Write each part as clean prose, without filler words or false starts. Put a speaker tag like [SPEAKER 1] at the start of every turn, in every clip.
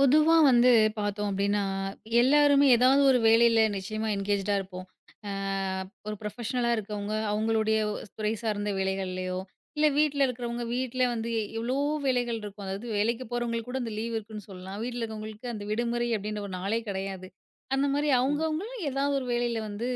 [SPEAKER 1] பொதுவா வந்து பார்த்தோம் அப்டின்னா, எல்லாருமே ஏதாவது ஒரு வேலையில நிச்சயமா என்கேஜ்டா இருப்போம். அ ஒரு ப்ரொஃபஷனலா இருக்கவங்க, அவங்களுடைய துறை சார்ந்த வேலைகள்லயோ, இல்ல வீட்ல இருக்கிறவங்க வீட்ல வந்து எவ்ளோ வேலைகள் இருக்கும். அதாவது வேலைக்கு போறவங்களுக்கு கூட அந்த லீவ் இருக்குன்னு சொல்லலாம். வீட்ல இருக்கவங்களுக்கு அந்த விடுமுறை அப்டின்ற ஒரு நாளே கிடையாது. அந்த மாரி
[SPEAKER 2] ம்.
[SPEAKER 1] அவங்கவங்களும் ஏதாவது ஒரு வேலையில வந்து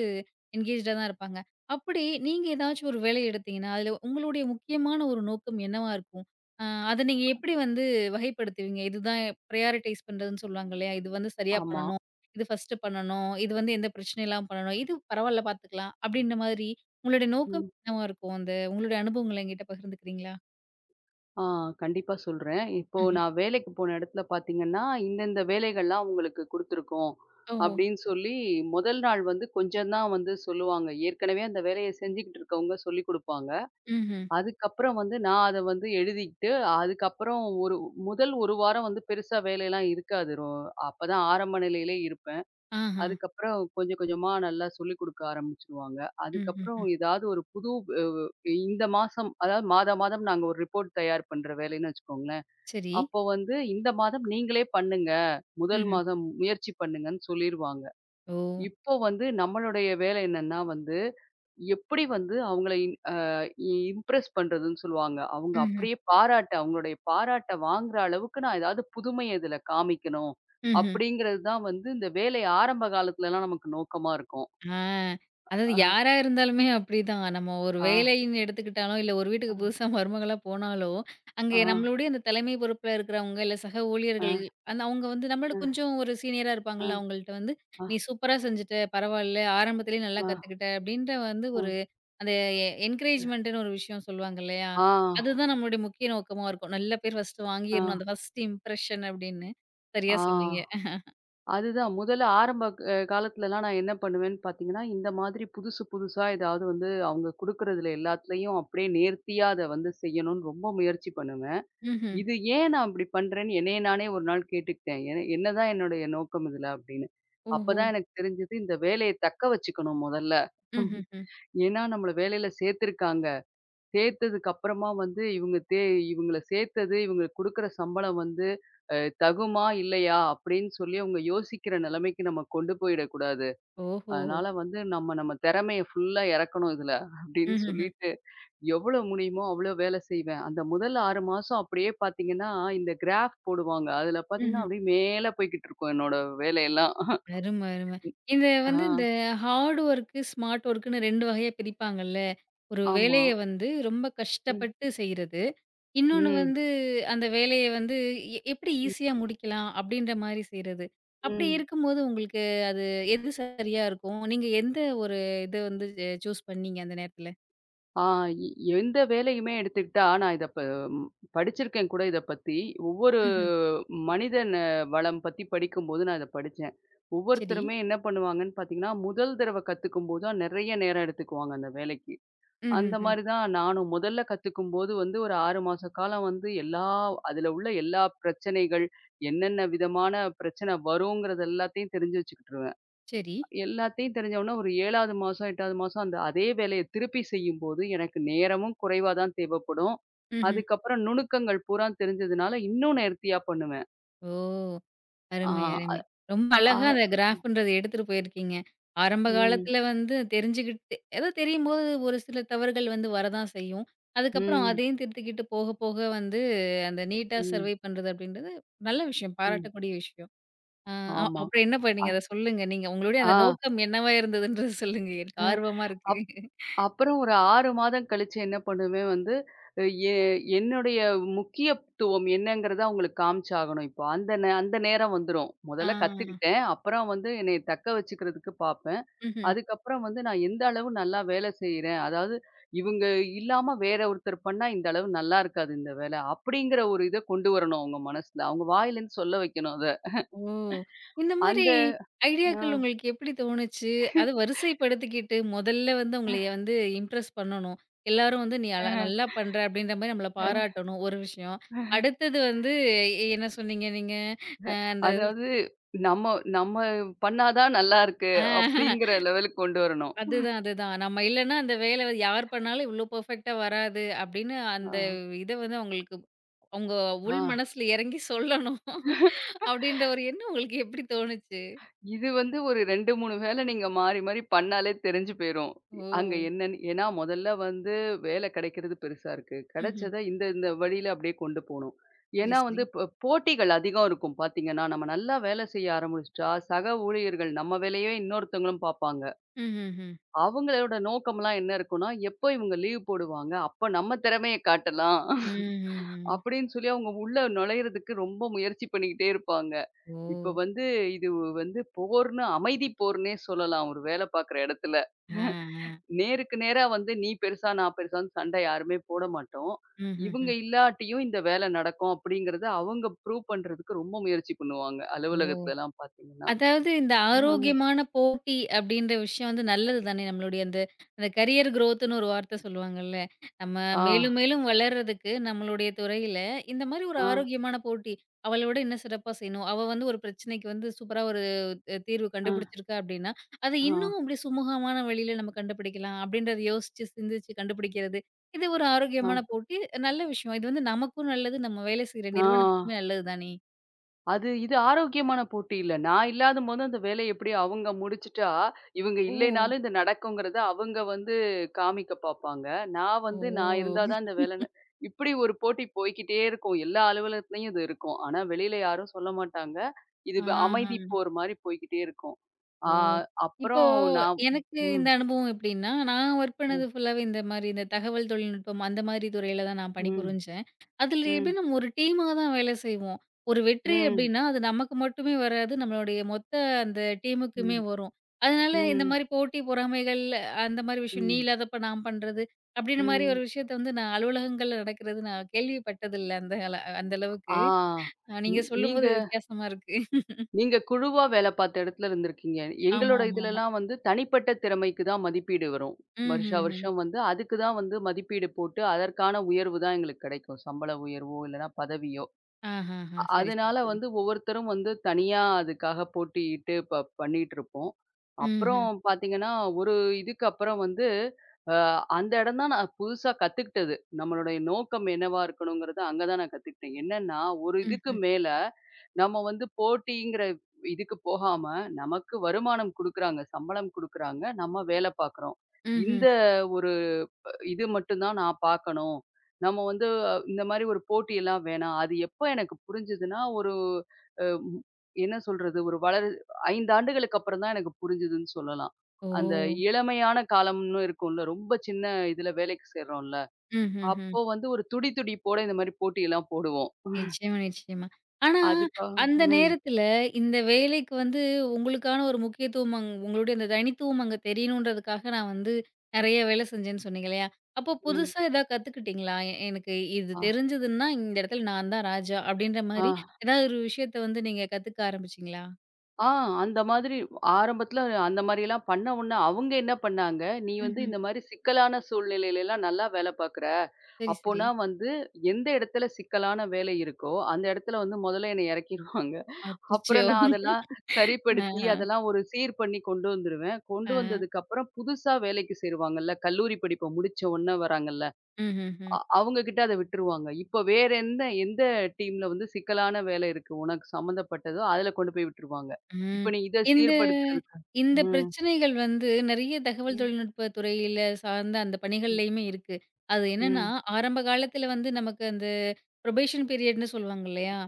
[SPEAKER 1] என்கேஜ்டா தான் இருப்பாங்க. அப்படி நீங்க ஏதாச்சும் ஒரு வேலை எடுத்தீங்கன்னா, அதில உங்களுடைய முக்கியமான ஒரு நோக்கம் என்னவா இருக்கும்? அ அத நீங்க எப்படி வந்து வகைப்படுத்துவீங்க? இதுதான் பிரையாரிடைஸ் பண்றதுன்னு சொல்லுவாங்க இல்லையா? இது வந்து சரியா
[SPEAKER 2] ஆமா.
[SPEAKER 1] பண்ணணும். இது ஃபர்ஸ்ட்டு பண்ணணும். இது வந்து எந்த பிரச்சனையும் இல்லாம பண்ணணும். இது பரவால்ல பார்த்துக்கலாம். அப்படின்ற மாதிரி உங்களுடைய நோக்கம்
[SPEAKER 2] ம்.
[SPEAKER 1] என்னவா இருக்கும்? அந்த உங்களுடைய அனுபவங்கள என்கிட்ட பகிர்ந்துக்கிறீங்களா?
[SPEAKER 2] ஆ கண்டிப்பா சொல்றேன். இப்போ
[SPEAKER 1] ம்ஹ்ம்.
[SPEAKER 2] நான் வேலைக்கு போன இடத்துல பார்த்தீங்கன்னா, இந்தந்த வேலைகள்லாம் உங்களுக்கு குடுத்துருக்கோம்.
[SPEAKER 1] ஓஹோ!
[SPEAKER 2] அப்படின்னு சொல்லி முதல் நாள் வந்து கொஞ்சம் தான் வந்து சொல்லுவாங்க. ஏற்கனவே அந்த வேலைய செஞ்சுகிட்டு இருக்கவங்க சொல்லிக் குடுப்பாங்க.
[SPEAKER 1] ம்ஹ்ம்.
[SPEAKER 2] அதுக்கப்புறம் வந்து நான் அத வந்து எழுதிக்கிட்டு, அதுக்கப்புறம் ஒரு முதல் 1 வாரம் வந்து பெருசா வேலைலாம் இருக்காது. அப்பதான் ஆரம்ப நிலையிலே இருப்பேன்.
[SPEAKER 1] ஆஹா.
[SPEAKER 2] அதுக்கப்புறம் கொஞ்சம் கொஞ்சமா நல்லா சொல்லிக் குடுக்க ஆரம்பிச்சுருவாங்க. அதுக்கப்புறம்
[SPEAKER 1] ம்ஹ்ஹ்ம்.
[SPEAKER 2] ஏதாவது ஒரு புது வ் இந்த மாசம், அதாவது மாதா மாதம் நாங்க ஒரு ரிப்போர்ட் தயார் பண்ற வேலைன்னு வச்சுக்கோங்களேன்.
[SPEAKER 1] சரி.
[SPEAKER 2] அப்போ வந்து இந்த மாதம் நீங்களே பண்ணுங்க. முதல்
[SPEAKER 1] ம்ஹ்ம்.
[SPEAKER 2] மாதம் முயற்சி பண்ணுங்கன்னு சொல்லிருவாங்க.
[SPEAKER 1] ஓ!
[SPEAKER 2] இப்போ வந்து நம்மளுடைய வேலை என்னன்னா வந்து, எப்படி வந்து அவங்கள இன் அ இம்ப்ரெஸ் பண்றதுன்னு சொல்லுவாங்க. அவங்க
[SPEAKER 1] ம்ஹ்ம்.
[SPEAKER 2] அப்படியே பாராட்ட அவங்களுடைய பாராட்ட வாங்குற அளவுக்கு நான் ஏதாவது புதுமைய இதில காமிக்கணும்.
[SPEAKER 1] ம்ஹ்ம்.
[SPEAKER 2] அப்படிங்கிறது தான் வந்து இந்த வேலை ஆரம்ப காலத்துலலாம் நமக்கு நோக்கமா இருக்கும்.
[SPEAKER 1] ஆ. அதாவது
[SPEAKER 2] அ,
[SPEAKER 1] யாரா இருந்தாலுமே அப்படிதான். நம்ம ஒரு
[SPEAKER 2] ஆ,
[SPEAKER 1] வேலைன்னு எடுத்துக்கிட்டாலும், இல்ல ஒரு வீட்டுக்கு
[SPEAKER 2] ஆ,
[SPEAKER 1] புதுசா மருமகளா போனாலோ, அங்க
[SPEAKER 2] ஆ,
[SPEAKER 1] நம்மளுடைய அந்த தலைமை பொறுப்புல இருக்கிறவங்க, இல்ல சக
[SPEAKER 2] ஆ,
[SPEAKER 1] ஊழியர்கள்
[SPEAKER 2] ஆ,
[SPEAKER 1] அந்த அவங்க வந்து நம்மளோட கொஞ்சம் ஒரு சீனியரா
[SPEAKER 2] ஆ,
[SPEAKER 1] இருப்பாங்கல்ல, அவங்கள்ட்ட வந்து
[SPEAKER 2] ஆ,
[SPEAKER 1] "நீ சூப்பரா செஞ்சுட்ட, பரவாயில்ல, ஆரம்பத்திலேயே நல்லா
[SPEAKER 2] ஆ,
[SPEAKER 1] கத்துக்கிட்ட" அப்படின்ற வந்து ஒரு அந்த என்கரேஜ்மெண்ட்டுன்னு ஒரு விஷயம் சொல்லுவாங்க இல்லையா?
[SPEAKER 2] ஆ,
[SPEAKER 1] அதுதான் நம்மளுடைய முக்கிய நோக்கமா இருக்கும். நல்ல பேர் ஃபர்ஸ்ட்டு
[SPEAKER 2] ஆ,
[SPEAKER 1] வாங்கிரணும். அந்த ஃபர்ஸ்ட் இம்ப்ரஷன் அப்படின்னு. சரியா
[SPEAKER 2] ஆ.
[SPEAKER 1] சொன்னீங்க.
[SPEAKER 2] அதுதான். ஆரம்ப காலத்துலலாம் நான் என்ன பண்ணுவேன்னு பார்த்தீங்கன்னா, இந்த மாதிரி புதுசு புதுசா ஏதாவது வந்து அவங்க குடுக்குறதுல எல்லாத்துலயும் அப்படியே நேர்த்தியா அத வந்து செய்யணும்னு ரொம்ப முயற்சி பண்ணுவேன்.
[SPEAKER 1] ம்ஹ்ம்.
[SPEAKER 2] இது ஏன் நான் இப்படி பண்றேன்னு என்னைய நானே ஒரு நாள் கேட்டுக்கிட்டேன். என்னதான் என்னுடைய நோக்கம் இதுல அப்படின்னு.
[SPEAKER 1] ஓஹோ!
[SPEAKER 2] அப்பதான் எனக்கு தெரிஞ்சது, இந்த வேலைய தக்க வச்சுக்கணும் முதல்ல.
[SPEAKER 1] ம்ஹ்ஹ்ம்.
[SPEAKER 2] ஏன்னா நம்மள வேலையில சேர்த்திருக்காங்க. சேர்த்ததுக்கு அப்புறமா வந்து இவங்கள சேர்த்தது, இவங்களுக்கு குடுக்குற சம்பளம் வந்து அ தகுமா? இல்லையா? அப்படின்னு சொல்லி அவங்க யோசிக்கிற நிலைமைக்கு நம்ம கொண்டு போயிடக்கூடாது.
[SPEAKER 1] ஓஹோ!
[SPEAKER 2] அதனால வந்து நம்ம நம்ம திறமைய ஃபுல்லா இறக்கணும் இதுல அப்படின்னு
[SPEAKER 1] ம்ஹ்ஹ்ம்.
[SPEAKER 2] சொல்லிட்டு, எவ்வளோ முடியுமோ அவ்வளோ வேலை செய்வேன். அந்த முதல் 6 மாசம் அப்படியே பார்த்தீங்கன்னா, இந்த கிராஃப் போடுவாங்க. அதுல பார்த்தீங்கன்னா,
[SPEAKER 1] ம்ஹ்ம்.
[SPEAKER 2] அப்படியே மேல போய்க்கிட்டு இருக்கும் என்னோட வேலையெல்லாம்.
[SPEAKER 1] அரும, அரும. இந்த
[SPEAKER 2] ஆ,
[SPEAKER 1] வந்து இந்த ஹார்ட் ஒர்க்கு, ஸ்மார்ட் ஒர்க்குன்னு 2 வகையா பிரிப்பாங்கல்ல. ஒரு
[SPEAKER 2] ஆமா.
[SPEAKER 1] வேலைய வந்து ரொம்ப
[SPEAKER 2] ம்,
[SPEAKER 1] கஷ்டப்பட்டு செய்றது. இன்னொன்னு
[SPEAKER 2] ம்,
[SPEAKER 1] வந்து அந்த வேலைய வந்து எப்படி
[SPEAKER 2] ம்,
[SPEAKER 1] ஈஸியா முடிக்கலாம் அப்படின்ற மாரி செய்றது. அப்படி
[SPEAKER 2] ம்.
[SPEAKER 1] இருக்கும்போது உங்களுக்கு அது எது சரியா இருக்கும்? நீங்க எந்த ஒரு இத வந்து சூஸ் பண்ணீங்க அந்த நேரத்துல?
[SPEAKER 2] ஆ எ எந்த வேலையுமே எடுத்துக்கிட்டா, நான் இத ப ம் படிச்சிருக்கேன் கூட, இத பத்தி. ஒவ்வொரு
[SPEAKER 1] ம்ஹ்ம்.
[SPEAKER 2] மனிதன் வளம் பத்தி படிக்கும்போது நான் இத படிச்சேன்.
[SPEAKER 1] சரி.
[SPEAKER 2] ஒவ்வொருத்தருமே என்ன பண்ணுவாங்கன்னு பார்த்தீங்கன்னா, முதல் தடவ கத்துக்கும்போது தான் நெறைய நேரம் எடுத்துக்குவாங்க அந்த வேலைக்கு. அந்த
[SPEAKER 1] ம்ஹ்ஹ்ம்.
[SPEAKER 2] மாரி தான் நானும் முதல்ல கத்துக்கும்போது வந்து ஒரு 6 மாச காலம் வந்து அதுல உள்ள எல்லா பிரச்சனைகள், என்னென்ன விதமான பிரச்சனை வருங்கிறது எல்லாத்தையும் தெரிஞ்சு வச்சுக்கிட்டுருவேன்.
[SPEAKER 1] சரி.
[SPEAKER 2] எல்லாத்தையும் தெரிஞ்சவொன்னே ஒரு 7வது மாசம், 8வது மாசம் அந்த அதே வேலைய திருப்பி செய்யும்போது, எனக்கு நேரமும் குறைவா தான் தேவைப்படும்.
[SPEAKER 1] ம்ஹ்ம்.
[SPEAKER 2] அதுக்கப்புறம் நுணுக்கங்கள் பூரா தெரிஞ்சதுனால, இன்னும் நேர்த்தியா பண்ணுவேன்.
[SPEAKER 1] ஓ!
[SPEAKER 2] ஆ,
[SPEAKER 1] அருமை,
[SPEAKER 2] அ,
[SPEAKER 1] அருமை. ரொம்ப
[SPEAKER 2] ஆ,
[SPEAKER 1] அழகா அந்த கிராஃப்ன்றத எடுத்துட்டு போயிருக்கீங்க. ஆரம்ப
[SPEAKER 2] ம்,
[SPEAKER 1] காலத்துல வந்து தெரிஞ்சுகிட்டு ஏதோ தெரியும்போது ஒரு சில தவறுகள் வந்து வரதான் செய்யும். அதுக்கப்புறம்
[SPEAKER 2] ம்,
[SPEAKER 1] அதையும் திருத்திக்கிட்டு போக, போக வந்து அந்த நீட்டா
[SPEAKER 2] ம்,
[SPEAKER 1] சர்வை பண்றது அப்படின்றது நல்ல விஷயம்.
[SPEAKER 2] ம்.
[SPEAKER 1] பாராட்டக்கூடிய விஷயம். அ அ
[SPEAKER 2] ஆமா.
[SPEAKER 1] அப்புறம் என்ன பண்ணீங்க?
[SPEAKER 2] அ,
[SPEAKER 1] அத சொல்லுங்க. நீங்க உங்களுடைய அந்த
[SPEAKER 2] ஆ,
[SPEAKER 1] நோக்கம் என்னவா இருந்ததுன்றத சொல்லுங்க. எனக்கு
[SPEAKER 2] அஹ்,
[SPEAKER 1] ஆர்வமா இருக்கு.
[SPEAKER 2] அப் அப்புறம் ஒரு 6 மாதம் கழிச்சு என்ன பண்ணுவேன் வந்து, எ என்னுடைய முக்கியத்துவம் என்னங்கிறத அவங்களுக்கு காமிச்சாகணும் இப்போ. அந்த நேரம் வந்துரும்.
[SPEAKER 1] ஆ.
[SPEAKER 2] முதல்ல கத்துக்கிட்டேன். அப்புறம் வந்து என்னைய தக்க வச்சுக்கிறதுக்கு பாப்பேன்.
[SPEAKER 1] ம்ஹ்ம்.
[SPEAKER 2] அதுக்கப்புறம் வந்து நான் எந்த அளவு நல்லா வேலை செய்றேன். அதாவது இவங்க இல்லாம வேற ஒருத்தர் பண்ணா இந்த அளவு நல்லா இருக்காது இந்த வேலை. அப்படிங்கிற ஒரு இத கொண்டு வரணும் அவங்க மனசுல. அவங்க வாயிலருந்து சொல்ல வைக்கணும் அத.
[SPEAKER 1] ஓ! இந்த மாரி
[SPEAKER 2] அந்த ஆ
[SPEAKER 1] ஐடியாக்கள் உங்களுக்கு எப்படி தோணுச்சு? அத வரிசைப்படுத்திக்கிட்டு, முதல்ல வந்து உங்களைய வந்து இம்ப்ரெஸ் பண்ணணும். எல்லாரும் வந்து, "நீ அழ
[SPEAKER 2] அ
[SPEAKER 1] நல்லா பண்ற" அப்படின்ற மாரி நம்மள
[SPEAKER 2] அ
[SPEAKER 1] பாராட்டணும், ஒரு விஷயம். அடுத்தது வந்து என்ன சொன்னீங்க நீங்க? அந்த
[SPEAKER 2] அதாவது நம்ம நம்ம பண்ணா தான் நல்லா இருக்கு.
[SPEAKER 1] ஆ
[SPEAKER 2] அப்படிங்கிற லெவலுக்கு கொண்டு வரணும்.
[SPEAKER 1] அதுதான், அதுதான். நம்ம இல்லன்னா அந்த வேலை வந்து யார் பண்ணாலும் இவ்ளோ பெர்ஃபெக்ட்டா வராது அப்படின்னு
[SPEAKER 2] ஆ
[SPEAKER 1] அந்த இத வந்து அவங்களுக்கு அவங்க
[SPEAKER 2] ஆ.
[SPEAKER 1] உள் மனசுல இறங்கி சொல்லணும். அப்படின்ற ஒரு எண்ணம் உங்களுக்கு எப்படி தோணுச்சு?
[SPEAKER 2] இது வந்து ஒரு 2, 3 வேல நீங்க மாறி, மாறி பண்ணாலே தெரிஞ்சு போயிரும். அங்க
[SPEAKER 1] ஓ!
[SPEAKER 2] என்னன்னு ஏன்னா முதல்ல வந்து வேலை கிடைக்கிறது பெருசா இருக்கு.
[SPEAKER 1] ம்ஹ்ம்.
[SPEAKER 2] கிடைச்சத இந்த, இந்த வழியில அப்படியே கொண்டு போணும்.
[SPEAKER 1] சரி,
[SPEAKER 2] ஏன்னா
[SPEAKER 1] சரி.
[SPEAKER 2] வந்து போட்டிகள் அதிகம் இருக்கும். பார்த்தீங்கன்னா, நம்ம நல்லா வேலை செய்ய ஆரம்பிச்சுட்டா, சக ஊழியர்கள் நம்ம வேலையவே இன்னொருத்தவங்களும் பார்ப்பாங்க.
[SPEAKER 1] ம்ஹ்ஹ்ம்.
[SPEAKER 2] அவங்களோட நோக்கம்லாம் என்ன இருக்கும்னா, எப்போ இவங்க லீவ் போடுவாங்க? அப்ப நம்ம திறமைய காட்டலாம்.
[SPEAKER 1] நான்
[SPEAKER 2] அப்படின்னு சொல்லி அவங்க உள்ள நுழையிறதுக்கு ரொம்ப முயற்சி பண்ணிக்கிட்டே இருப்பாங்க. இப்ப வந்து இது வந்து போர்ன்னு, அமைதி போர்ன்னே சொல்லலாம். ஒரு வேலை பார்க்குற இடத்துல. நேருக்கு நேரா வந்து நீ பெருசா, நான் பெருசான்னு சண்டை யாருமே போட மாட்டோம். இவங்க
[SPEAKER 1] வருக்கிறேன்.
[SPEAKER 2] இல்லாட்டியும் இந்த வேலை நடக்கும் அப்படிங்கிறத அவங்க ப்ரூவ் பண்றதுக்கு ரொம்ப முயற்சி பண்ணுவாங்க. அலுவலகத்துலலாம் பார்த்தீங்கன்னா.
[SPEAKER 1] அதாவது இந்த ஆரோக்கியமான போட்டி அப்படின்ற விஷயம் வந்து நல்லது தானே. நம்மளுடைய அந்த அந்த கரியர் குரோத்ன்னு ஒரு வார்த்தை சொல்லுவாங்கல்ல. நம்ம
[SPEAKER 2] ஆ. ஆ,
[SPEAKER 1] மேலும் மேலும் வளர்றதுக்கு நம்மளுடைய துறையில இந்த மாதிரி ஒரு
[SPEAKER 2] ஆ,
[SPEAKER 1] ஆரோக்கியமான போட்டி. அவள விட இன்னும் சிறப்பா செய்யணும். அவ வந்து ஒரு பிரச்சனைக்கு வந்து சூப்பரா ஒரு தீர்வு
[SPEAKER 2] ஆ,
[SPEAKER 1] கண்டுபிடிச்சிருக்கா அப்படின்னா, அத
[SPEAKER 2] ஆ,
[SPEAKER 1] இன்னும் அப்படியே சுமூகமான வழியில நம்ம கண்டுபிடிக்கலாம் அப்படின்றத யோசிச்சு, சிந்திச்சு கண்டுபிடிக்கிறது. இது ஒரு
[SPEAKER 2] ஆ,
[SPEAKER 1] ஆரோக்கியமான போட்டி. நல்ல விஷயம். இது வந்து நமக்கும் நல்லது. நம்ம வேலை செய்ற
[SPEAKER 2] ஆ.
[SPEAKER 1] நிறுவனத்துக்குமே நல்லது தானே.
[SPEAKER 2] அது இது ஆரோக்கியமான போட்டி இல்ல. நான் இல்லாதம்போது அந்த வேலைய எப்படியோ அவங்க முடிச்சுட்டா, இவங்க
[SPEAKER 1] ஓ!
[SPEAKER 2] இல்லைனாலும் இது நடக்குங்கிறத அவங்க வந்து காமிக்க பாப்பாங்க.
[SPEAKER 1] ஓ!
[SPEAKER 2] நான் இருந்தா தான் இந்த வேலைன்னு இப்படி ஒரு போட்டி போய்க்கிட்டே இருக்கும். எல்லா அலுவலகத்துலயும் இது இருக்கும். ஆனா வெளியில யாரும் சொல்ல மாட்டாங்க. இது அமைதி
[SPEAKER 1] ஆஹ.
[SPEAKER 2] போர் மாரி போய்க்கிட்டே இருக்கும்.
[SPEAKER 1] ஓ!
[SPEAKER 2] ஆ
[SPEAKER 1] இப்போ
[SPEAKER 2] அப்புறம் நான்
[SPEAKER 1] எனக்கு
[SPEAKER 2] ம்,
[SPEAKER 1] இந்த அனுபவம் எப்படின்னா, நான் வொர்க் பண்ணது
[SPEAKER 2] ம்,
[SPEAKER 1] ஃபுல்லாவே இந்த மாரி இந்த தகவல் தொழில்நுட்பம் அந்த மாரி துறையில தான் நான்
[SPEAKER 2] ம்,
[SPEAKER 1] பணிபுரிஞ்சேன். அதில எப்படி
[SPEAKER 2] ம்,
[SPEAKER 1] நம்ம ஒரு டீமா தான் வேலை செய்வோம். ஒரு வெற்றி
[SPEAKER 2] ம்,
[SPEAKER 1] அப்படின்னா, அது நமக்கு மட்டுமே வராது. நம்மளுடைய மொத்த அந்த டீமுக்குமே
[SPEAKER 2] ம்,
[SPEAKER 1] வரும். அதனால இந்த
[SPEAKER 2] ம்,
[SPEAKER 1] மாரி போட்டி, பொறாமைகள் அந்த மாரி விஷயம் நீ
[SPEAKER 2] ம்,
[SPEAKER 1] இல்லாதப்ப நான் பண்றது, அப்படின்னு மாரி ஒரு
[SPEAKER 2] ம்.
[SPEAKER 1] விஷயத்த வந்து நான் அலுவலகங்கள்ல நடக்கிறது நான் கேள்விப்பட்டதில்ல அந்த அந்த அளவுக்கு.
[SPEAKER 2] ஆ. நீ
[SPEAKER 1] நீங்க
[SPEAKER 2] நீங்க
[SPEAKER 1] சொல்லும்போது வித்தியாசமா இருக்கு.
[SPEAKER 2] நீங்க குழுவா வேலை பார்த்த இடத்துல இருந்திருக்கீங்க.
[SPEAKER 1] ஆமா,
[SPEAKER 2] எங்களோட
[SPEAKER 1] ஆமா, ஆமா.
[SPEAKER 2] இதுலலாம் வந்து தனிப்பட்ட திறமைக்கு தான் மதிப்பீடு வரும். வருஷா
[SPEAKER 1] ம்ஹ்ஹ்ம்.
[SPEAKER 2] வருஷம் வந்து அதுக்கு தான் வந்து மதிப்பீடு போட்டு, அதற்கான உயர்வு தான் எங்களுக்கு கிடைக்கும். சம்பள உயர்வோ, இல்லன்னா பதவியோ.
[SPEAKER 1] ஆஹாஹா! சரி, சரி,
[SPEAKER 2] அதனால
[SPEAKER 1] சரி.
[SPEAKER 2] வந்து ஒவ்வொருத்தரும் வந்து தனியா அதுக்காக போட்டியிட்டு பண்ணிட்டுருப்போம். அப்புறம்
[SPEAKER 1] ம்ஹ்ம்.
[SPEAKER 2] பார்த்தீங்கன்னா, ஒரு இதுக்கு அப்புறம் வந்து அ அந்த இடம் தான் நான் புதுசா கத்துக்கிட்டது. நம்மளுடைய நோக்கம் என்னவா இருக்கணுங்கிறத அங்க தான் நான் கத்துக்கிட்டேன். என்னன்னா, ஒரு இதுக்கு
[SPEAKER 1] ம்ஹ்ம்.
[SPEAKER 2] மேல நம்ம வந்து போட்டிங்கிற இதுக்கு போகாம, நமக்கு வருமானம் குடுக்குறாங்க, சம்பளம் குடுக்குறாங்க, நம்ம வேல பார்க்குறோம்.
[SPEAKER 1] ம்ஹ்ம்.
[SPEAKER 2] இந்த ஒரு இது மட்டும் தான் நான் பார்க்கணும். நம்ம வந்து இந்த மாரி ஒரு போட்டியெல்லாம் வேணாம். அது எப்ப எனக்கு புரிஞ்சதுன்னா, ஒரு அ ம் என்ன சொல்றது? ஒரு வளரு 5 ஆண்டுகளுக்கு அப்புறம் தான் எனக்கு புரிஞ்சதுன்னு சொல்லலாம்.
[SPEAKER 1] ஓ!
[SPEAKER 2] அந்த இளமையான காலம்னு இருக்கும்ல. ரொம்ப சின்ன இதுல வேலைக்கு சேர்றோம்ல.
[SPEAKER 1] ம்ஹ்ஹ்ம்.
[SPEAKER 2] அப்போ வந்து ஒரு துடி துடிப்போட இந்த மாரி போட்டியெல்லாம் போடுவோம்.
[SPEAKER 1] நிச்சயமா, நிச்சயமா. ஆனா,
[SPEAKER 2] அதுக்கா
[SPEAKER 1] அந்த
[SPEAKER 2] ம்,
[SPEAKER 1] நேரத்துல இந்த வேலைக்கு வந்து உங்களுக்கான ஒரு முக்கியத்துவம் உங்களுடைய அந்த தனித்துவம் அங்க தெரியணுன்றதுக்காக நான் வந்து நெறைய வேலை செஞ்சேன்னு சொன்னீங்க இல்லையா? அப்போ
[SPEAKER 2] ம்.
[SPEAKER 1] புதுசா எதா கத்துக்கிட்டீங்களா? எனக்கு இது
[SPEAKER 2] ஆ,
[SPEAKER 1] தெரிஞ்சதுன்னா, இந்த இடத்துல நான் தான் ராஜா அப்படின்ற
[SPEAKER 2] ஆ.
[SPEAKER 1] மாரி ஏதாவது ஒரு விஷயத்த வந்து நீங்க கத்துக்க ஆரம்பிச்சீங்களா?
[SPEAKER 2] ஆ அந்த மாதிரி ஆரம்பத்துல அந்த மாரிலாம் பண்ண உடனே அவங்க என்ன பண்ணாங்க, "நீ வந்து
[SPEAKER 1] ம்ஹ்ம்.
[SPEAKER 2] இந்த மாரி சிக்கலான சூழ்நிலையிலலாம் நல்லா வேலை பார்க்குற.
[SPEAKER 1] சரி, சரி.
[SPEAKER 2] அப்போனா வந்து எந்த இடத்துல சிக்கலான வேலை இருக்கோ, அந்த இடத்துல வந்து முதல்ல என்னை இறக்கிருவாங்க.
[SPEAKER 1] அச்சச்சோ!
[SPEAKER 2] அப்புறம் நான் அதெல்லாம் சரிப்படுத்தி,
[SPEAKER 1] ஆஹா.
[SPEAKER 2] அதெல்லாம் ஒரு சீர் பண்ணி கொண்டு வந்துருவேன். கொண்டு
[SPEAKER 1] ஆ.
[SPEAKER 2] வந்ததுக்கப்புறம் புதுசா வேலைக்கு சேருவாங்கல்ல, கல்லூரி படிப்ப முடிச்ச உடனே வராங்கல்ல."
[SPEAKER 1] ம்ஹ்ஹ்ம்.
[SPEAKER 2] அவங்க கிட்ட அத விட்டுருவாங்க. இப்ப வேற எந்த எந்த டீம்ல வந்து சிக்கலான வேலை இருக்கு, உனக்கு சம்மந்தப்பட்டதோ அதுல கொண்டு போய் விட்டுருவாங்க.
[SPEAKER 1] ம்.
[SPEAKER 2] இப்ப நீ இத
[SPEAKER 1] இந்த
[SPEAKER 2] சீர்படுத்துறதுக்கு
[SPEAKER 1] இந்த
[SPEAKER 2] ம்.
[SPEAKER 1] பிரச்சனைகள் வந்து நெறைய தகவல்
[SPEAKER 2] ம்.
[SPEAKER 1] தொழில்நுட்ப துறையில சார்ந்த அந்த
[SPEAKER 2] ம்.
[SPEAKER 1] பணிகள்லயுமே இருக்கு. அது என்னன்னா,
[SPEAKER 2] ம்.
[SPEAKER 1] ஆரம்ப காலத்துல வந்து நமக்கு அந்த புரொபேஷன் பீரியட்ன்னு சொல்லுவாங்க இல்லையா?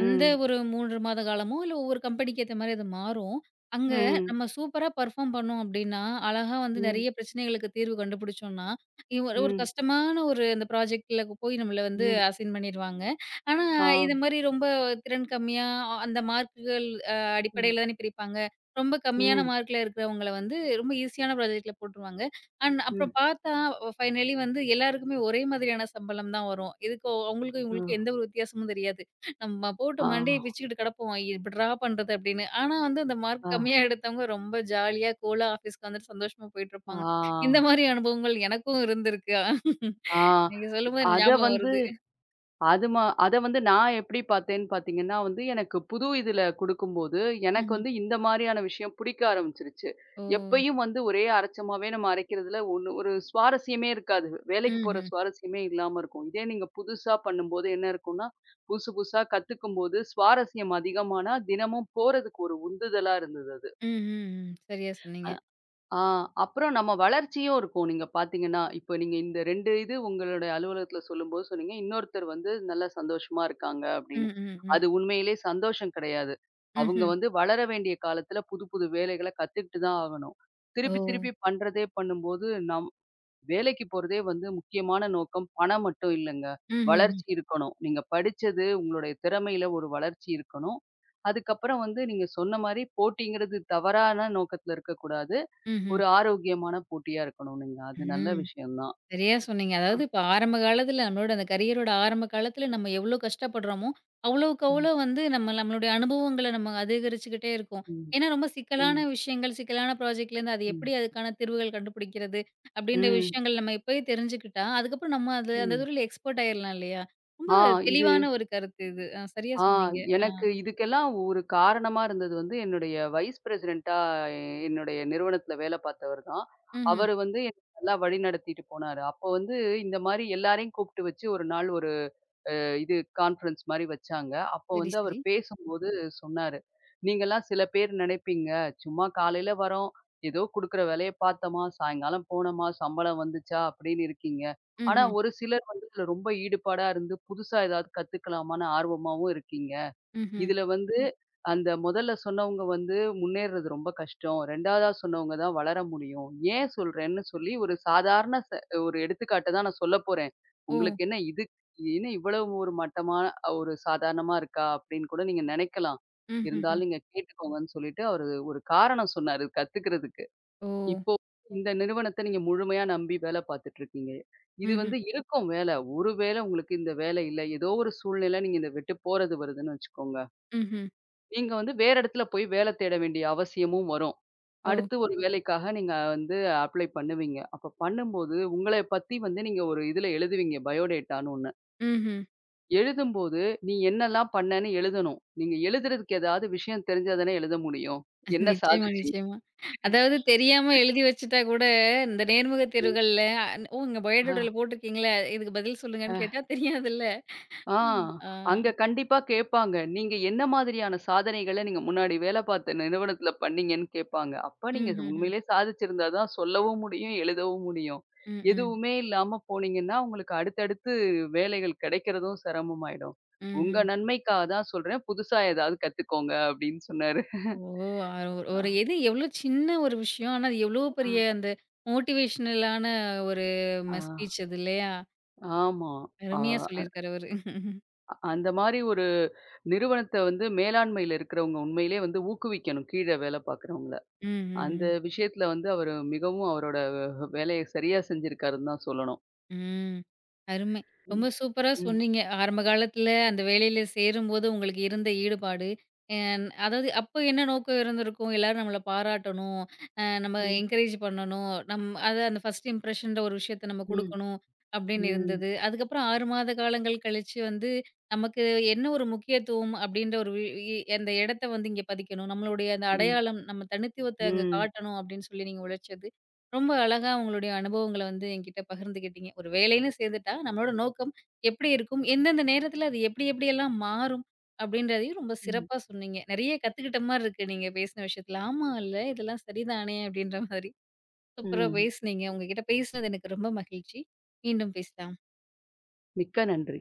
[SPEAKER 1] அந்த ஒரு 3 மாத காலமோ, இல்ல ஒவ்வொரு கம்பெனிக்கு ஏத்த மாரி அது மாறும். அங்க
[SPEAKER 2] ம்.
[SPEAKER 1] நம்ம சூப்பரா பெர்ஃபார்ம் பண்ணோம் அப்டின்னா, அழகா வந்து
[SPEAKER 2] ம்.
[SPEAKER 1] நெறைய பிரச்சனைகளுக்கு தீர்வு கண்டுபிடிச்சோம்னா, இ ஒரு ஒரு
[SPEAKER 2] ம்.
[SPEAKER 1] கஷ்டமான ஒரு அந்த ப்ராஜெக்ட்ல போய் நம்மள வந்து
[SPEAKER 2] ம்.
[SPEAKER 1] அசைன் பண்ணிருவாங்க. ஆனா,
[SPEAKER 2] ஆ.
[SPEAKER 1] இது மாரி ரொம்ப திறன் கம்மியா அந்த மார்க்குகள்
[SPEAKER 2] ம்.
[SPEAKER 1] அடிப்படையில தானே பிரிப்பாங்க. ரொம்ப கம்மியான
[SPEAKER 2] ம்.
[SPEAKER 1] மார்க்ல இருக்கிறவங்கள வந்து ரொம்ப ஈஸியான ப்ராஜெக்ட்ல போட்டுருவாங்க. அண்ட் அப்புறம்
[SPEAKER 2] ம்.
[SPEAKER 1] பார்த்தா ஃபைனலி வந்து எல்லாருக்குமே ஒரே மாதிரியான சம்பளம் தான் வரும். இதுக்கு அவங்களுக்கும் இவங்களுக்கும் எந்த
[SPEAKER 2] ஆ.
[SPEAKER 1] ஒரு வித்தியாசமும் தெரியாது. நம்ம போட்டு
[SPEAKER 2] ஆ.
[SPEAKER 1] மண்டைய பிச்சுக்கிட்டு கிடப்போம். எப்படிடா பண்றது அப்படின்னு. ஆனா வந்து அந்த மார்க்
[SPEAKER 2] ஆ.
[SPEAKER 1] கம்மியா எடுத்தவங்க ரொம்ப ஜாலியா கூலா ஆஃபீஸ்க்கு வந்துட்டு சந்தோஷமா போயிட்டுருப்பாங்க. இந்த
[SPEAKER 2] ஆ.
[SPEAKER 1] மாரி அனுபவங்கள் எனக்கும் இருந்திருக்கு.
[SPEAKER 2] ஆ.
[SPEAKER 1] நீங்க சொல்லும்போது எனக்கு
[SPEAKER 2] அத
[SPEAKER 1] ஞாபகம்
[SPEAKER 2] வந்து
[SPEAKER 1] வருது.
[SPEAKER 2] அத வந்து நான் எப்படி பார்த்தேன்னு பார்த்தீங்கன்னா வந்து, எனக்கு புது இதுல குடுக்கும்போது, எனக்கு
[SPEAKER 1] ம்ஹ்ம்.
[SPEAKER 2] வந்து இந்த மாரியான விஷயம் பிடிக்க ஆரம்பிச்சுருச்சு.
[SPEAKER 1] ஓ!
[SPEAKER 2] எப்பயும் வந்து ஒரே அரைச்சமாவே நம்ம அரைக்கிறதுல ஒண்ணு ஒரு சுவாரஸ்யமே இருக்காது. வேலைக்கு போற
[SPEAKER 1] ம்ஹ்ம்.
[SPEAKER 2] சுவாரஸ்யமே இல்லாம இருக்கும். இதே நீங்க புதுசா பண்ணும்போது என்ன இருக்கும்னா, புதுசு புதுசா கத்துக்கும்போது சுவாரஸ்யம் அதிகமானா, தினமும் போறதுக்கு ஒரு உந்துதலா இருந்தது அது.
[SPEAKER 1] ம், ம், ம். சரியா சொன்னீங்க.
[SPEAKER 2] ஆ அப்புறம் நம்ம வளர்ச்சியும் இருக்கும். நீங்க பார்த்தீங்கன்னா, இப்ப நீங்க இந்த 2 இது உங்களுடைய அலுவலகத்துல சொல்லும்போது சொன்னீங்க, இன்னொருத்தர் வந்து நல்லா சந்தோஷமா இருக்காங்க அப்படின்னு.
[SPEAKER 1] ம், ம், ம்.
[SPEAKER 2] அது உண்மையிலே சந்தோஷம் கிடையாது. அவங்க
[SPEAKER 1] ம்ஹ்ம்.
[SPEAKER 2] வந்து வளர வேண்டிய காலத்துல புது புது வேலைகள கத்துக்கிட்டு தான் ஆகணும்.
[SPEAKER 1] ஓ!
[SPEAKER 2] திருப்பி திருப்பி பண்றதே பண்ணும்போது, வேலைக்கு போறதே வந்து முக்கியமான நோக்கம் பணம் மட்டும் இல்லங்க.
[SPEAKER 1] ம்ஹ்ம்.
[SPEAKER 2] வளர்ச்சி இருக்கணும். நீங்க படிச்சது உங்களுடைய திறமையில ஒரு வளர்ச்சி இருக்கணும். அதுக்கப்புறம் வந்து நீங்க சொன்ன மாரி போட்டிங்கிறது தவறான நோக்கத்துல இருக்கக்கூடாது.
[SPEAKER 1] ம்ஹ்ம்.
[SPEAKER 2] ஒரு ஆரோக்கியமான போட்டியா இருக்கணும்னுங்க. அது நல்ல
[SPEAKER 1] ம்.
[SPEAKER 2] விஷயம் தான்.
[SPEAKER 1] சரியா சொன்னீங்க.
[SPEAKER 2] அ
[SPEAKER 1] அதாவது இப்ப ஆரம்ப காலத்துல நம்மளோட அந்த கரியரோட ஆரம்ப காலத்துல நம்ம எவ்ளோ கஷ்டப்படுறோமோ, அவ்வளவுக்கு
[SPEAKER 2] ம்,
[SPEAKER 1] அவ்வளோ வந்து நம்ம நம்மளுடைய அனுபவங்கள நம்ம அதிகரிச்சுக்கிட்டே இருக்கோம்.
[SPEAKER 2] ம்,
[SPEAKER 1] ஏன்னா ரொம்ப சிக்கலான
[SPEAKER 2] ம்,
[SPEAKER 1] விஷயங்கள், சிக்கலான ப்ராஜெக்ட்லேருந்து அது
[SPEAKER 2] ம்,
[SPEAKER 1] எப்படி அதுக்கான தீர்வுகள் கண்டுபிடிக்கிறது, அப்படின்ற
[SPEAKER 2] ம்,
[SPEAKER 1] விஷயங்கள் நம்ம இப்பயே தெரிஞ்சுக்கிட்டா, அதுக்கப்புறம் நம்ம அது அந்த
[SPEAKER 2] ம்.
[SPEAKER 1] துறையில எக்ஸ்பர்ட் ஆயிரலாம் இல்லையா? ரொம்ப
[SPEAKER 2] ஆ இது
[SPEAKER 1] தெளிவான ஒரு கருத்து இது. சரியா
[SPEAKER 2] ஆ
[SPEAKER 1] சொன்னீங்க. ஆ.
[SPEAKER 2] எனக்கு இதுக்கெல்லாம் ஒரு காரணமா இருந்தது வந்து, என்னுடைய வைஸ் பிரசிடென்ட்டா என்னுடைய நிறுவனத்தில வேலை பார்த்தவர் தான்.
[SPEAKER 1] ம்ஹ்ம்.
[SPEAKER 2] அவரு வந்து என்ன நல்லா வழிநடத்திட்டு போனாரு. அப்போ வந்து இந்த மாரி எல்லாரையும் கூப்பிட்டு வச்சு ஒரு நாள் ஒரு இது கான்ஃபரன்ஸ் மாரி வச்சாங்க. அப்போ
[SPEAKER 1] சரி,
[SPEAKER 2] வந்து அவர்
[SPEAKER 1] சரி.
[SPEAKER 2] பேசும்போது சொன்னாரு, "நீங்கலாம் சில பேர் நினைப்பீங்க, சும்மா காலையில வரோம், ஏதோ குடுக்குற வேலைய பார்த்தோமா, சாயங்காலம் போனோமா, சம்பளம் வந்துச்சா அப்படின்னு இருக்கீங்க. ஆனா
[SPEAKER 1] ம்ஹ்ம்.
[SPEAKER 2] ஒரு சிலர் வந்து இதுல ரொம்ப ஈடுபாடா இருந்து புதுசா ஏதாவது கத்துக்கலாமான்னு ஆர்வமாவும் இருக்கீங்க."
[SPEAKER 1] ம்ஹ்ம்.
[SPEAKER 2] இதுல வந்து ம். அந்த முதல்ல சொன்னவங்க வந்து முன்னேறுறது ரொம்ப கஷ்டம். 2வதா சொன்னவங்க தான் வளர முடியும். ஏன் சொல்றேன்னு சொல்லி ஒரு சாதாரண ச ஒரு எடுத்துக்காட்டு தான் நான் சொல்லப் போறேன்.
[SPEAKER 1] ஓ!
[SPEAKER 2] உங்களுக்கு என்ன இது என்ன இவ்வளவு ஒரு மட்டமா ஒரு சாதாரணமா இருக்கா? அப்படின்னு கூட நீங்க நெனைக்கலாம்.
[SPEAKER 1] ம்ஹ்ஹ்ம்.
[SPEAKER 2] இருந்தாலும் நீங்க கேட்டுக்கோங்கன்னு சொல்லிட்டு அவரு ஒரு காரணம் சொன்னாரு கத்துக்கிறதுக்கு.
[SPEAKER 1] ஓ!
[SPEAKER 2] இப்போ இந்த நிறுவனத்த நீங்க முழுமையா நம்பி வேலை பார்த்துட்டு இருக்கீங்க. இது
[SPEAKER 1] ம்ஹ்ம்.
[SPEAKER 2] வந்து இருக்கும் வேலை. ஒருவேளை உங்களுக்கு இந்த வேலை இல்ல. ஏதோ ஒரு சூழ்நிலை நீங்க இத விட்டு போறது வருதுன்னு வச்சுக்கோங்க.
[SPEAKER 1] ம்ஹ்ம்.
[SPEAKER 2] நீங்க வந்து வேற இடத்துல போய் வேலை தேட வேண்டிய அவசியமும் வரும்.
[SPEAKER 1] ஓ!
[SPEAKER 2] அடுத்து ஒரு வேலைக்காக நீங்க வந்து அப்ளை பண்ணுவீங்க. அப்ப பண்ணும்போது உங்கள பத்தி வந்து நீங்க ஒரு இதுல எழுதுவீங்க பயோடேட்டான்னு ஒண்ணு.
[SPEAKER 1] ம்ஹ்ம்.
[SPEAKER 2] எழுதும்போது நீ என்னலாம் பண்ணேன்னு எழுதணும். நீங்க எழுதுறதுக்கு ஏதாவது விஷயம் தெரிஞ்சா தானே எழுத முடியும். என்ன
[SPEAKER 1] நிச்சயமா,
[SPEAKER 2] சாதிச்சீங்க?
[SPEAKER 1] நிச்சயமா. அதாவது தெரியாம எழுதி வச்சுட்டா கூட, இந்த நேர்முக தேர்வுகள்ல, "ஓ இங்க
[SPEAKER 2] ஆ.
[SPEAKER 1] பயோடேட்டால போட்டிருக்கீங்களே, இதுக்கு பதில் சொல்லுங்கன்னு" கேட்டா தெரியாதுல்ல.
[SPEAKER 2] ஆ.
[SPEAKER 1] ம். ஆ.
[SPEAKER 2] அங்க கண்டிப்பா கேட்பாங்க. நீங்க என்ன மாதிரியான சாதனைகள நீங்க முன்னாடி வேலை பார்த்த நிறுவனத்துல பண்ணீங்கன்னு கேட்பாங்க. அப்ப நீங்க
[SPEAKER 1] ம்ஹ்ஹ்ம்.
[SPEAKER 2] உண்மையிலே சாதிச்சிருந்தா தான் சொல்லவும் முடியும், எழுதவும் முடியும்.
[SPEAKER 1] ம், ம்.
[SPEAKER 2] எதுவுமே இல்லாம போனீங்கன்னா, உங்களுக்கு அடுத்தடுத்து வேலைகள் கிடைக்கிறதும் சிரமமாயிடும். உங்க
[SPEAKER 1] ம்ஹ்ம்.
[SPEAKER 2] நன்மைக்காக தான் சொல்றேன். புதுசா ஏதாவது கத்துக்கோங்க அப்படின்னு சொன்னாரு.
[SPEAKER 1] ஓ! அ ஒரு
[SPEAKER 2] அ,
[SPEAKER 1] எது எவ்ளோ சின்ன ஒரு விஷயம். ஆனா, அது எவ்ளோ பெரிய அந்த மோட்டிவேஷனலான ஒரு
[SPEAKER 2] ஆ,
[SPEAKER 1] ஸ்பீச் அது இல்லையா?
[SPEAKER 2] ஆமா. ஆ,
[SPEAKER 1] அருமையா
[SPEAKER 2] அ
[SPEAKER 1] சொல்லியிருக்காரு அவரு.
[SPEAKER 2] அந்த மாரி ஒரு நிறுவனத்த வந்து மேலாண்மையில இருக்கிறவங்க உண்மையிலேயே வந்து ஊக்குவிக்கணும், கீழ வேலை பார்க்கிறவங்கள. அந்த
[SPEAKER 1] ம்ஹ்ஹ்ம்.
[SPEAKER 2] விஷயத்துல வந்து அவரு மிகவும் அவரோட வேலைய சரியா செஞ்சிருக்காருன்னு தான் சொல்லணும்.
[SPEAKER 1] ம். அருமை. ரொம்ப
[SPEAKER 2] ம்,
[SPEAKER 1] சூப்பரா
[SPEAKER 2] ம்,
[SPEAKER 1] சொன்னீங்க. ஆரம்ப காலத்துல அந்த வேலையில சேரும்போது உங்களுக்கு இருந்த ஈடுபாடு, அ அதாவது அப்போ என்ன நோக்கம் இருந்திருக்கும்? எல்லாரும் நம்மள பாராட்டணும், நம்ம
[SPEAKER 2] ம்,
[SPEAKER 1] என்கரேஜ் பண்ணணும், நம் அது அந்த ஃபர்ஸ்ட் இம்ப்ரஷன்ற ஒரு விஷயத்த நம்ம
[SPEAKER 2] ம்,
[SPEAKER 1] குடுக்கணும் அப்படின்னு
[SPEAKER 2] ம்,
[SPEAKER 1] இருந்தது. அதுக்கப்புறம் 6 மாத காலங்கள் கழிச்சு வந்து நமக்கு என்ன ஒரு முக்கியத்துவம் அப்படின்ற ஒரு வி இ அந்த இடத்த வந்து இங்க பதிக்கணும். நம்மளுடைய அந்த
[SPEAKER 2] ம்,
[SPEAKER 1] அடையாளம், நம்ம தனித்துவத்த அங்க
[SPEAKER 2] ம்,
[SPEAKER 1] காட்டணும் அப்படின்னு சொல்லி நீங்க உழைச்சது, ரொம்ப அழகா உங்களுடைய அனுபவங்கள வந்து என்கிட்ட பகிர்ந்துக்கிட்டீங்க. ஒரு வேலைன்னு சேர்ந்துட்டா, நம்மளோட நோக்கம் எப்படி இருக்கும்? எந்தெந்த நேரத்தில அது எப்படி எப்படியெல்லாம் மாறும்? அப்படின்றதையும் ரொம்ப
[SPEAKER 2] ம்,
[SPEAKER 1] சிறப்பா சொன்னீங்க. நெறைய கத்துக்கிட்ட மாரி இருக்கு நீங்க பேசின விஷயத்துல. ஆமா, இல்ல இதெல்லாம் சரிதானே அப்படின்ற மாதிரி. சூப்பரா
[SPEAKER 2] ம்.
[SPEAKER 1] பேசுனீங்க. உங்க கிட்ட பேசினது எனக்கு ரொம்ப மகிழ்ச்சி. மீண்டும் பேசலாம்.
[SPEAKER 2] மிக்க நன்றி.